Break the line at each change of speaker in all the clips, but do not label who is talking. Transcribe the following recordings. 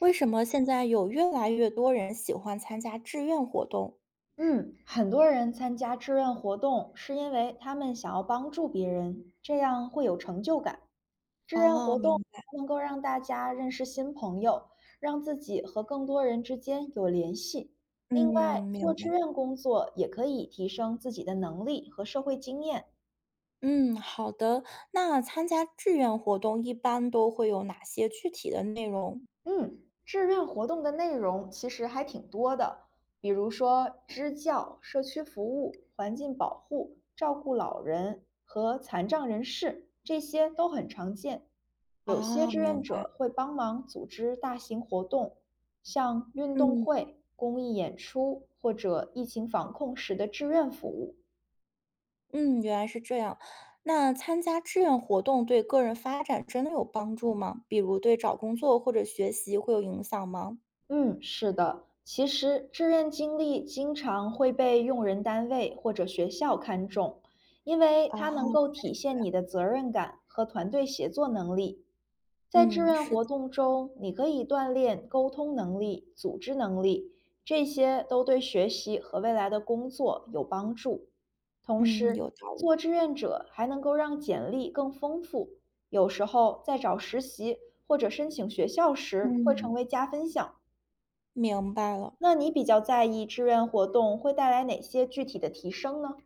为什么现在有越来越多人喜欢参加志愿活动？
嗯，很多人参加志愿活动是因为他们想要帮助别人，这样会有成就感。志愿
哦，
活动
明白。
能够让大家认识新朋友，让自己和更多人之间有联系。另外，
嗯，明
做
白。
志愿工作也可以提升自己的能力和社会经验。
嗯，好的。那参加志愿活动一般都会有哪些具体的内容？
嗯，志愿活动的内容其实还挺多的，比如说支教、社区服务、环境保护、照顾老人和残障人士，这些都很常见。有些
哦，
志愿
明白。
者会帮忙组织大型活动，像运动
嗯
会、公益演出或者疫情防控时的志愿服务。
嗯，原来是这样。那参加志愿活动对个人发展真的有帮助吗？比如对找工作或者学习会有影响吗？
嗯，是的。其实，志愿经历经常会被用人单位或者学校看重，因为它
啊，
能够体现你的责任感和团队协作能力。在志
嗯，
愿
是的。
活动中，你可以锻炼沟通能力、组织能力，这些都对学习和未来的工作有帮助。同
嗯，
时，
有道理。
做志愿者还能够让简历更丰富，有时候在找实习或者申请学校时会成
嗯，
为加分项。
明白了。
那你比较在意志愿活动会带来哪些具体的提升呢？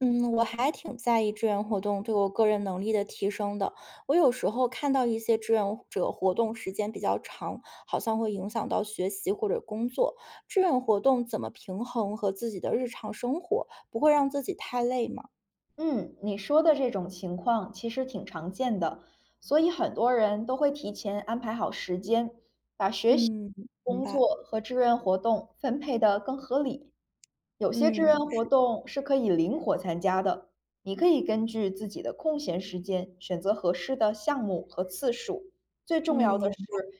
嗯，我还挺在意志愿活动对我个人能力的提升的。我有时候看到一些志愿者活动时间比较长，好像会影响到学习或者工作。志愿活动怎么平衡和自己的日常生活，不会让自己太累吗？
嗯，你说的这种情况其实挺常见的，所以很多人都会提前安排好时间，把学习、
嗯，明
工
白。
作和志愿活动分配得更合理。有些志愿
嗯，
活
是的。
动是可以灵活参加的，你可以根据自己的空闲时间选择合适的项目和次数。最重要
嗯，
的
也
是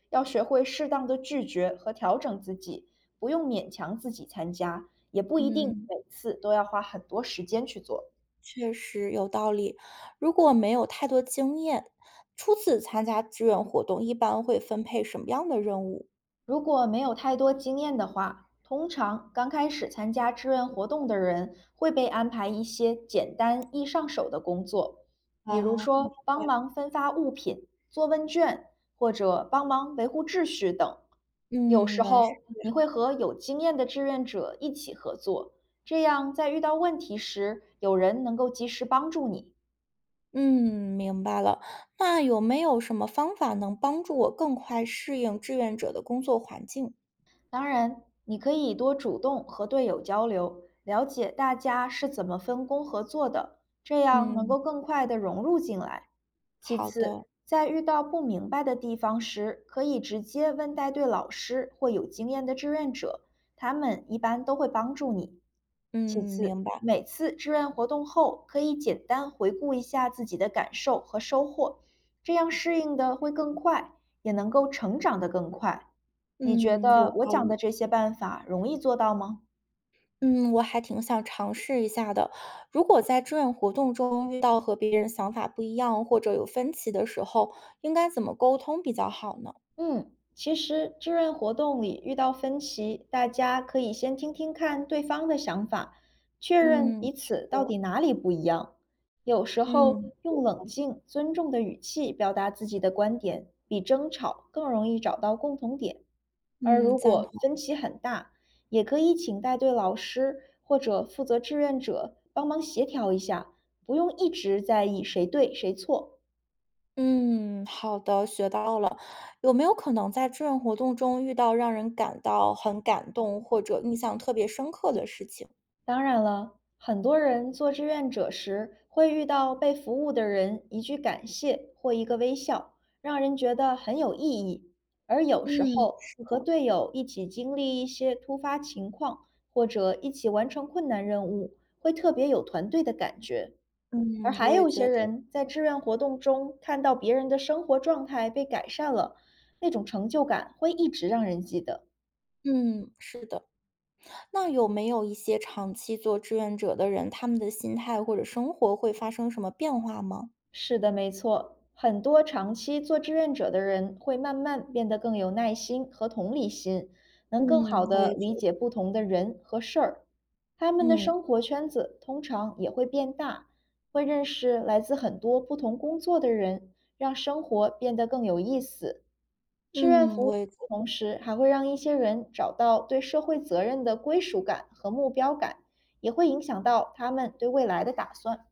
要学会适当的拒绝和调整自己，不用勉强自己参加，也不一定
嗯，
每次都要花很多时间去做。
确实有道理。如果没有太多经验，初次参加志愿活动，一般会分配什么样的任务
如果没有太多经验的话，通常刚开始参加志愿活动的人会被安排一些简单易上手的工作，比如
啊？
说帮忙分发物品、做问卷或者帮忙维护秩序等。有
嗯，
时
原来
候你会和有经验的志愿者一起合作，这样在遇到问题时，有人能够及时帮助你。
嗯，明白了。那有没有什么方法能帮助我更快适应志愿者的工作环境？
当然，你可以多主动和队友交流，了解大家是怎么分工合作的，这样能
嗯，
够更快地融入进来。其
好
次，
的。
在遇到不明白的地方时，可以直接问带队老师或有经验的志愿者，他们一般都会帮助你。其
嗯，
次，
明白。
每次志愿活动后，可以简单回顾一下自己的感受和收获，这样适应的会更快，也能够成长得更快。你觉
嗯，有
得我
道
讲的
理。
这些办法容易做到吗？
嗯，我还挺想尝试一下的。如果在志愿活动中遇到和别人想法不一样或者有分歧的时候，应该怎么沟通比较好呢？
嗯，其实志愿活动里遇到分歧，大家可以先听听看对方的想法，确认
嗯，
彼此
好
到
的。
底哪里不一样。有时候
嗯
用冷静、尊重的语气表达自己的观点，比争吵更容易找到共同点。而
嗯，
如
赞
果
同。
分歧很大，也可以请带队老师或者负责志愿者帮忙协调一下，不用一直在意谁对谁错。
嗯，好的，学到了。有没有可能在志愿活动中遇到让人感到很感动或者印象特别深刻的事情？
当然了，很多人做志愿者时会遇到被服务的人一句感谢或一个微笑，让人觉得很有意义。而有时
嗯，
候
是
和
的。
队友一起经历一些突发情况，或者一起完成困难任务，会特别有团队的感觉。而
嗯，
还
我也
有些
觉得。
人在志愿活动中看到别人的生活状态被改善了，那种成就感会一直让人记得。
嗯，是的。那有没有一些长期做志愿者的人，他们的心态或者生活会发生什么变化吗？
是的，没错，很多长期做志愿者的人会慢慢变得更有耐心和同理心，
嗯，
能更好
我
地
也觉
理
得。
解不同的人和事儿。他们的
嗯
生活圈子通常也会变大，会认识来自很多不同工作的人，让生活变得更有意思。志愿
嗯，
服务
我也觉得。
同时还会让一些人找到对社会责任的归属感和目标感，也会影响到他们对未来的打算。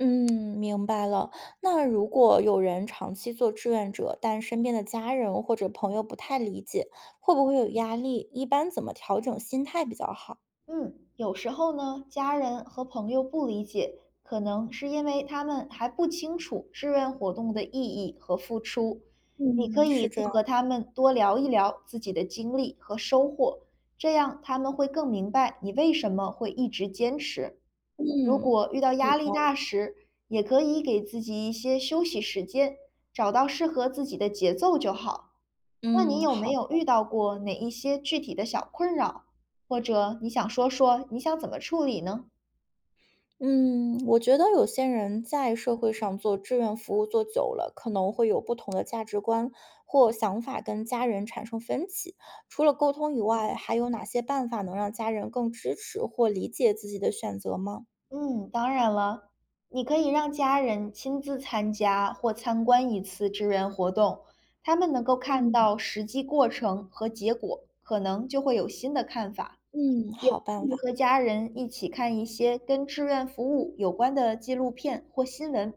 嗯，明白了。那如果有人长期做志愿者，但身边的家人或者朋友不太理解，会不会有压力？一般怎么调整心态比较好？
嗯，有时候呢，家人和朋友不理解，可能是因为他们还不清楚志愿活动的意义和付出。你
嗯，
可
嗯
以
是
多
这样。
和他们多聊一聊自己的经历和收获，这样他们会更明白你为什么会一直坚持。如
嗯。
果遇到
有
压力
道理
大时，也可以给自己一些休息时间，找到适合自己的节奏就好。那你
嗯，
有没
好。
有遇到过哪一些具体的小困扰？或者你想说说你想怎么处理呢？
嗯，我觉得有些人在社会上做志愿服务做久了，可能会有不同的价值观或想法跟家人产生分歧。除了沟通以外，还有哪些办法能让家人更支持或理解自己的选择吗？
嗯，当然了，你可以让家人亲自参加或参观一次志愿活动，他们能够看
嗯。
到实际过程和结果，可能就会有新的看法。
嗯，
也
好
可
办法。
以和家人一起看一些跟志愿服务有关的纪录片或新闻，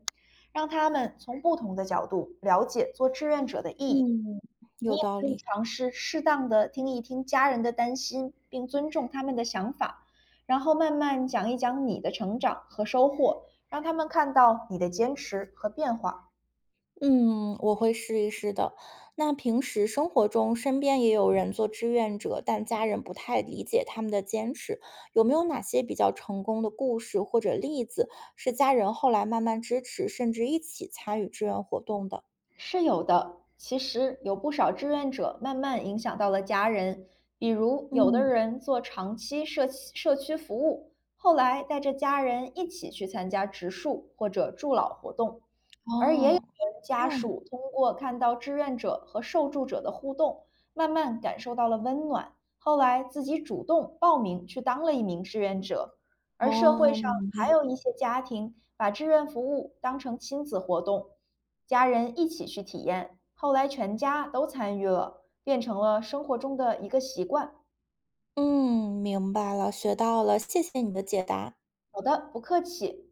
让他们从不同的角度了解做志愿者的意义。
嗯，
你
有
也
道
可以
理。
尝试适当的听一听家人的担心，并尊重他们的想法，然后慢慢讲一讲你的成长和收获，让他们看到你的坚持和变化。
嗯，我会试一试的。那平时生活中，身边也有人做志愿者，但家人不太理解他们的坚持。有没有哪些比较成功的故事或者例子，是家人后来慢慢支持，甚至一起参与志愿活动的？
是有的，其实有不少志愿者慢慢影响到了家人，比如有的
嗯，
人做长期社区服务，后来带着家人一起去参加植树或者助老活动，而也有
哦，
人
这
家
样。
属通过看到志愿者和受助者的互动，慢慢感受到了温暖，后来自己主动报名去当了一名志愿者。而社会
哦，
上
明
还
白。
有一些家庭把志愿服务当成亲子活动。家人一起去体验，后来全家都参与了，变成了生活中的一个习惯。
嗯，明白了，学到了，谢谢你的解答。
好的，不客气。